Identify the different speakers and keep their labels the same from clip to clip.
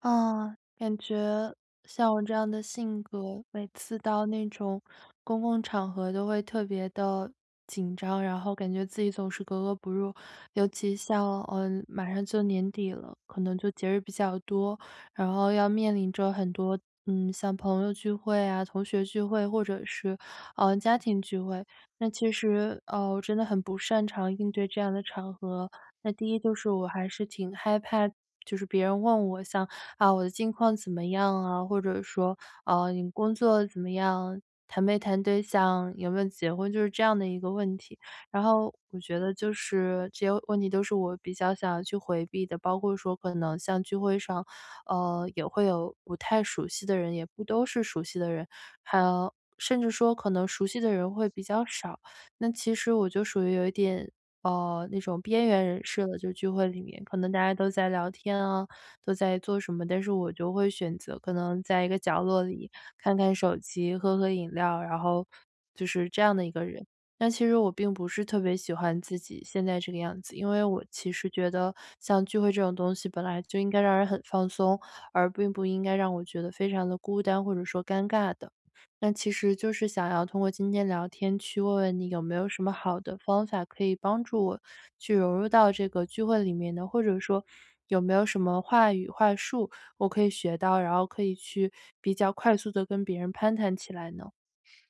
Speaker 1: 啊，感觉像我这样的性格，每次到那种公共场合都会特别的紧张，然后感觉自己总是格格不入。尤其像马上就年底了，可能就节日比较多，然后要面临着很多像朋友聚会啊、同学聚会，或者是家庭聚会。那其实我真的很不擅长应对这样的场合。那第一就是我还是挺害怕。就是别人问我像啊，我的近况怎么样啊？或者说，你工作怎么样？谈没谈对象？有没有结婚？就是这样的一个问题。然后我觉得就是这些问题都是我比较想要去回避的，包括说可能像聚会上，也会有不太熟悉的人，也不都是熟悉的人，还有甚至说可能熟悉的人会比较少。那其实我就属于有一点。那种边缘人士了，就聚会里面，可能大家都在聊天啊，都在做什么，但是我就会选择可能在一个角落里看看手机，喝喝饮料，然后就是这样的一个人。那其实我并不是特别喜欢自己现在这个样子，因为我其实觉得像聚会这种东西本来就应该让人很放松，而并不应该让我觉得非常的孤单或者说尴尬的。那其实就是想要通过今天聊天去问问你有没有什么好的方法可以帮助我去融入到这个聚会里面呢？或者说有没有什么话语话术我可以学到，然后可以去比较快速的跟别人攀谈起来呢？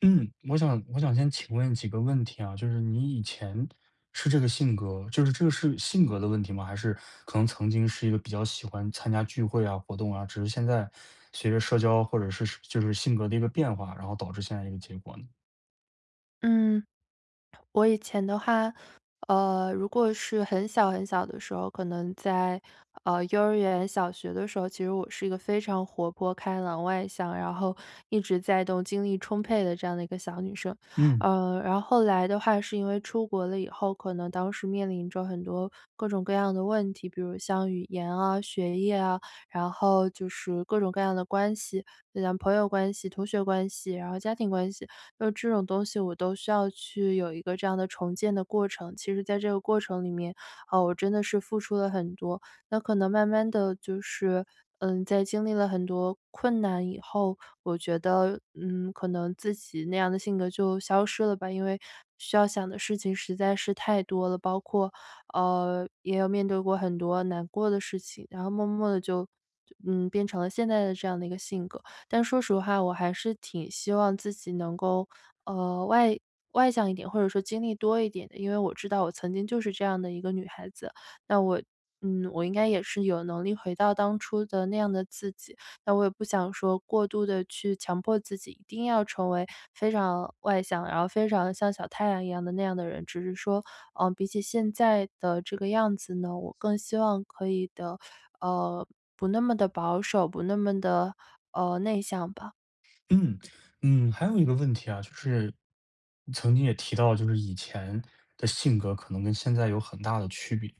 Speaker 2: 嗯，我想先请问几个问题啊，就是你以前是这个性格，就是这个是性格的问题吗？还是可能曾经是一个比较喜欢参加聚会啊、活动啊，只是现在随着社交或者是就是性格的一个变化，然后导致现在一个结果呢？
Speaker 1: 嗯。我以前的话，如果是很小很小的时候，可能在幼儿园、小学的时候，其实我是一个非常活泼、开朗、外向，然后一直在动、精力充沛的这样的一个小女生。
Speaker 2: 嗯。
Speaker 1: 然后后来的话，是因为出国了以后，可能当时面临着很多各种各样的问题，比如像语言啊、学业啊，然后就是各种各样的关系，就像朋友关系、同学关系，然后家庭关系。就这种东西我都需要去有一个这样的重建的过程。其实在这个过程里面，啊，我真的是付出了很多。那可能慢慢的就是，在经历了很多困难以后，我觉得，可能自己那样的性格就消失了吧。因为需要想的事情实在是太多了，包括，也有面对过很多难过的事情，然后默默的就变成了现在的这样的一个性格。但说实话，我还是挺希望自己能够呃，外外向一点，或者说经历多一点的，因为我知道我曾经就是这样的一个女孩子，那我我应该也是有能力回到当初的那样的自己。那我也不想说过度的去强迫自己一定要成为非常外向，然后非常像小太阳一样的那样的人，只是说，比起现在的这个样子呢，我更希望可以的，呃，不那么的保守，不那么的，内向吧。
Speaker 2: 嗯，嗯，还有一个问题啊，就是曾经也提到，就是以前的性格可能跟现在有很大的区别。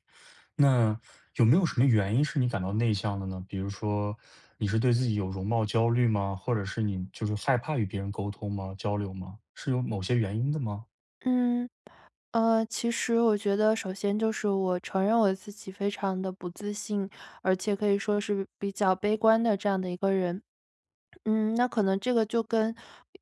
Speaker 2: 那有没有什么原因是你感到内向的呢？比如说，你是对自己有容貌焦虑吗？或者是你就是害怕与别人沟通吗？交流吗？是有某些原因的吗？
Speaker 1: 嗯。其实我觉得首先就是我承认我自己非常的不自信，而且可以说是比较悲观的这样的一个人。那可能这个就跟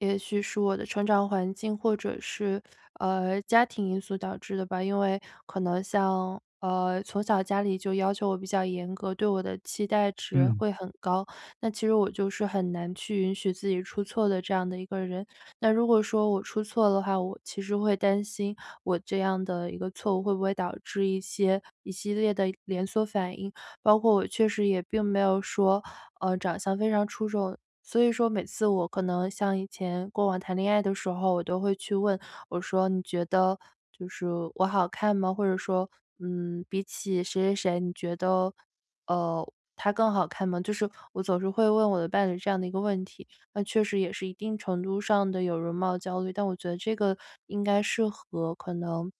Speaker 1: 也许是我的成长环境，或者是家庭因素导致的吧。因为可能像从小家里就要求我比较严格，对我的期待值
Speaker 2: 嗯。
Speaker 1: 会很高。那其实我就是很难去允许自己出错的这样的一个人。那如果说我出错的话，我其实会担心我这样的一个错误会不会导致一些一系列的连锁反应。包括我确实也并没有说，长相非常出众。所以说每次我可能像以前过往谈恋爱的时候，我都会去问我说：“你觉得就是我好看吗？”或者说，比起谁谁谁，你觉得，呃，他更好看吗？就是我总是会问我的伴侣这样的一个问题，那确实也是一定程度上的有容貌焦虑，但我觉得这个应该适合可能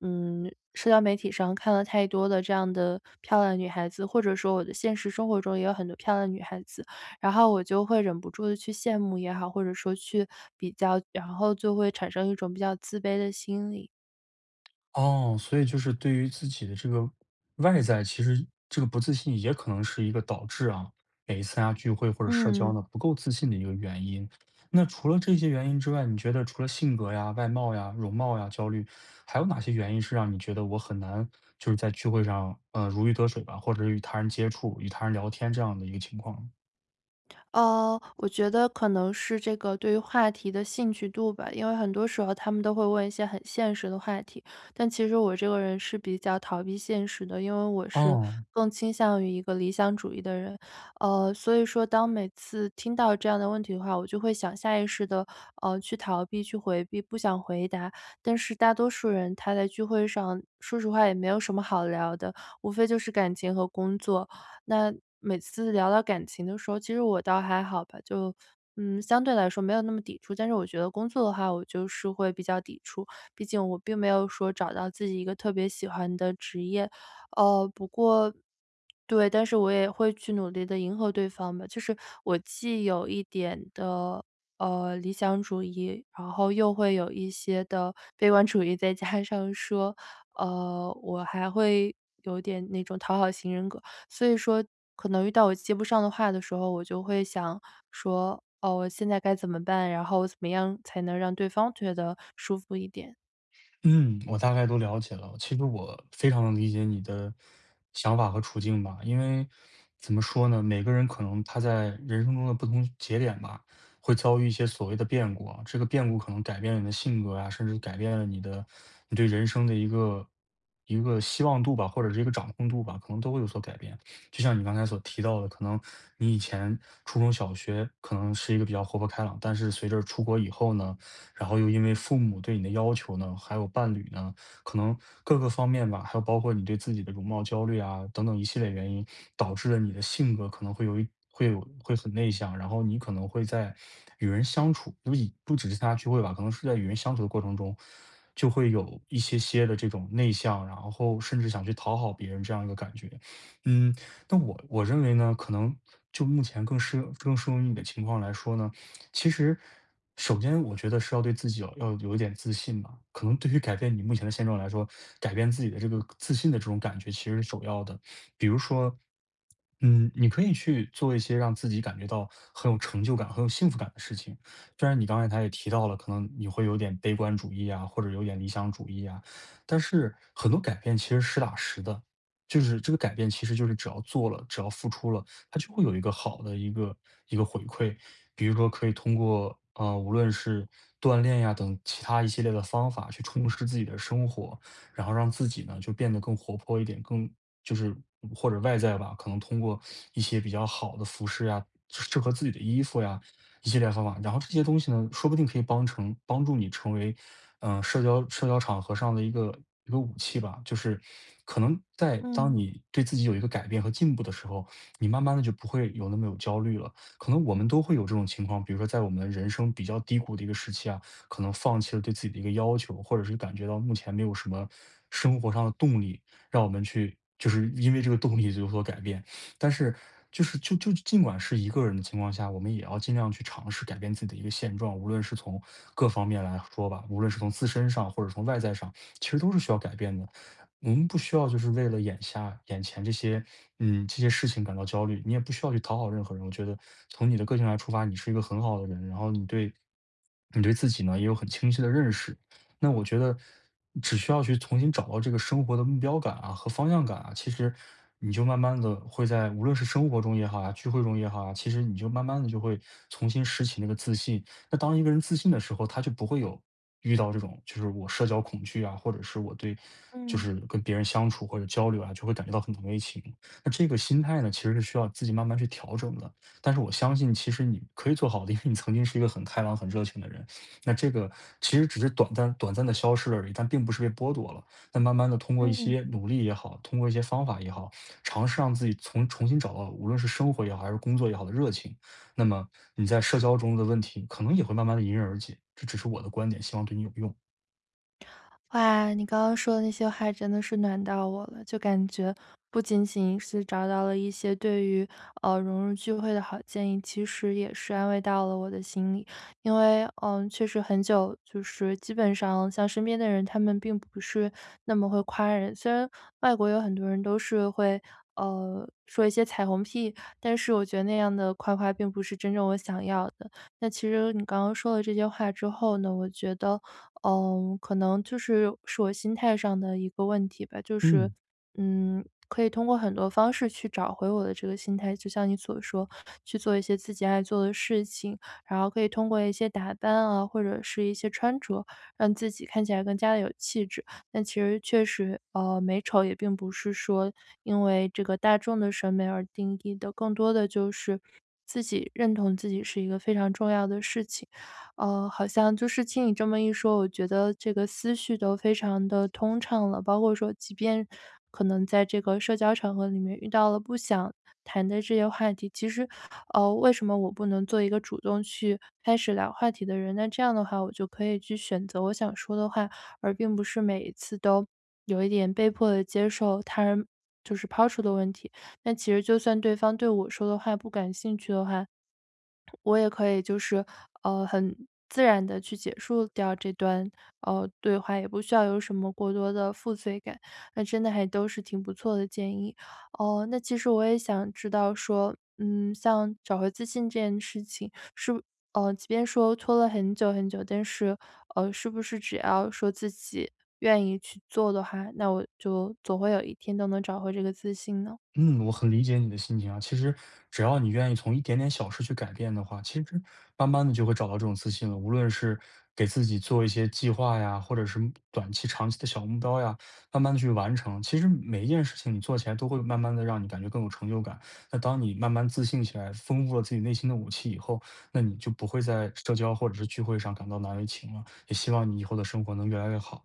Speaker 1: 社交媒体上看了太多的这样的漂亮女孩子，或者说我的现实生活中也有很多漂亮女孩子，然后我就会忍不住的去羡慕也好，或者说去比较，然后就会产生一种比较自卑的心理。
Speaker 2: 哦，所以就是对于自己的这个外在，其实这个不自信也可能是一个导致啊，每一次啊聚会或者社交
Speaker 1: 嗯。
Speaker 2: 呢，不够自信的一个原因。那除了这些原因之外，你觉得除了性格呀、外貌呀、容貌呀、焦虑，还有哪些原因是让你觉得我很难就是在聚会上，如鱼得水吧，或者与他人接触、与他人聊天这样的一个情况？
Speaker 1: 我觉得可能是这个对于话题的兴趣度吧，因为很多时候他们都会问一些很现实的话题，但其实我这个人是比较逃避现实的，因为我是
Speaker 2: 哦。
Speaker 1: 更倾向于一个理想主义的人。所以说当每次听到这样的问题的话，我就会想下意识的去逃避、去回避，不想回答。但是大多数人他在聚会上，说实话也没有什么好聊的，无非就是感情和工作。那每次聊到感情的时候，其实我倒还好吧，就相对来说没有那么抵触。但是我觉得工作的话，我就是会比较抵触，毕竟我并没有说找到自己一个特别喜欢的职业。哦，不过对，但是我也会去努力的迎合对方吧，就是我既有一点的，理想主义，然后又会有一些的悲观主义，再加上说，我还会有点那种讨好型人格。所以说可能遇到我接不上的话的时候，我就会想说：“哦，我现在该怎么办？然后我怎么样才能让对方觉得舒服一点？”
Speaker 2: 嗯，我大概都了解了。其实我非常能理解你的想法和处境吧，因为怎么说呢，每个人可能他在人生中的不同节点吧，会遭遇一些所谓的变故啊，这个变故可能改变了你的性格啊，甚至改变了你对人生的一个希望度吧，或者是一个掌控度吧，可能都会有所改变。就像你刚才所提到的，可能你以前初中小学可能是一个比较活泼开朗，但是随着出国以后呢，然后又因为父母对你的要求呢，还有伴侣呢，可能各个方面吧，还有包括你对自己的容貌焦虑啊等等一系列原因，导致了你的性格可能会有会很内向，然后你可能会在与人相处，不只是参加聚会吧，可能是在与人相处的过程中，就会有一些些的这种内向，然后甚至想去讨好别人这样一个感觉。嗯，那我认为呢，可能就目前更适用于你的情况来说呢，其实，首先我觉得是对自己要有一点自信吧。可能对于改变你目前的现状来说，改变自己的这个自信的这种感觉其实是首要的。比如说，嗯，你可以去做一些让自己感觉到很有成就感、很有幸福感的事情。虽然你刚才他也提到了，可能你会有点悲观主义啊，或者有点理想主义啊，但是很多改变其实实打实的。就是这个改变，其实就是只要做了，只要付出了，它就会有一个好的一个回馈。比如说可以通过，无论是锻炼呀等其他一系列的方法去充实自己的生活，然后让自己呢就变得更活泼一点，更就是或者外在吧，可能通过一些比较好的服饰呀，适合自己的衣服呀，一系列方法。然后这些东西呢，说不定可以帮助你成为，嗯社交场合上的一个武器吧。就是可能在当
Speaker 1: 嗯
Speaker 2: 你对自己有一个改变和进步的时候，你慢慢的就不会有那么有焦虑了。可能我们都会有这种情况，比如说在我们人生比较低谷的一个时期啊，可能放弃了对自己的一个要求，或者是感觉到目前没有什么生活上的动力，让我们去就是因为这个动力就有所改变。但是就是就就尽管是一个人的情况下，我们也要尽量去尝试改变自己的一个现状，无论是从各方面来说吧，无论是从自身上或者从外在上，其实都是需要改变的。我们不需要就是为了眼前这些，嗯，这些事情感到焦虑，你也不需要去讨好任何人。我觉得从你的个性来出发，你是一个很好的人，然后你对自己呢也有很清晰的认识。那我觉得只需要去重新找到这个生活的目标感啊和方向感啊，其实你就慢慢的会在无论是生活中也好啊，聚会中也好啊，其实你就慢慢的就会重新拾起那个自信，那当一个人自信的时候，他就不会有遇到这种就是我社交恐惧啊，或者是我对就
Speaker 1: 嗯
Speaker 2: 是跟别人相处或者交流啊，就会感觉到很同为情。那这个心态呢，其实是需要自己慢慢去调整的。但是我相信，其实你可以做好的，因为你曾经是一个很开朗、很热情的人。那这个其实只是短暂的消失了而已，但并不是被剥夺了。那慢慢的通过一
Speaker 1: 嗯。
Speaker 2: 些努力也好，通过一些方法也好，尝试让自己从重新找到，无论是生活也好，还是工作也好的热情。那么你在社交中的问题可能也会慢慢的迎刃而解，这只是我的观点，希望对你有用。
Speaker 1: 哇，你刚刚说的那些话真的是暖到我了，就感觉不仅仅是找到了一些对于融入聚会的好建议，其实也是安慰到了我的心里。因为确实很久就是基本上像身边的人，他们并不是那么会夸人。虽然外国有很多人都是会说一些彩虹屁，但是我觉得那样的夸夸并不是真正我想要的。那其实你刚刚说了这些话之后呢，我觉得。可能就是是我心态上的一个问题吧，就是，
Speaker 2: 嗯。
Speaker 1: 可以通过很多方式去找回我的这个心态，就像你所说，去做一些自己爱做的事情，然后可以通过一些打扮啊，或者是一些穿着，让自己看起来更加的有气质。但其实确实，美丑也并不是说因为这个大众的审美而定义的，更多的就是自己认同自己是一个非常重要的事情。好像就是听你这么一说，我觉得这个思绪都非常的通畅了。包括说即便可能在这个社交场合里面遇到了不想谈的这些话题，其实，为什么我不能做一个主动去开始聊话题的人？那这样的话，我就可以去选择我想说的话，而并不是每一次都有一点被迫的接受他人就是抛出的问题。那其实就算对方对我说的话不感兴趣的话，我也可以就是，很自然的去结束掉这段，对话，也不需要有什么过多的负罪感，那真的还都是挺不错的建议。哦，那其实我也想知道说，像找回自信这件事情，即便说拖了很久很久，但是，是不是只要说自己愿意去做的话，那我就总会有一天都能找回这个自信呢？
Speaker 2: 嗯，我很理解你的心情啊。其实只要你愿意从一点点小事去改变的话，其实慢慢的就会找到这种自信了。无论是给自己做一些计划呀，或者是短期、长期的小目标呀，慢慢的去完成。其实每一件事情你做起来都会慢慢的让你感觉更有成就感。那当你慢慢自信起来，丰富了自己内心的武器以后，那你就不会在社交或者是聚会上感到难为情了。也希望你以后的生活能越来越好。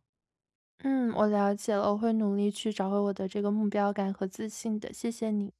Speaker 1: 嗯，我了解了，我会努力去找回我的这个目标感和自信的，谢谢你。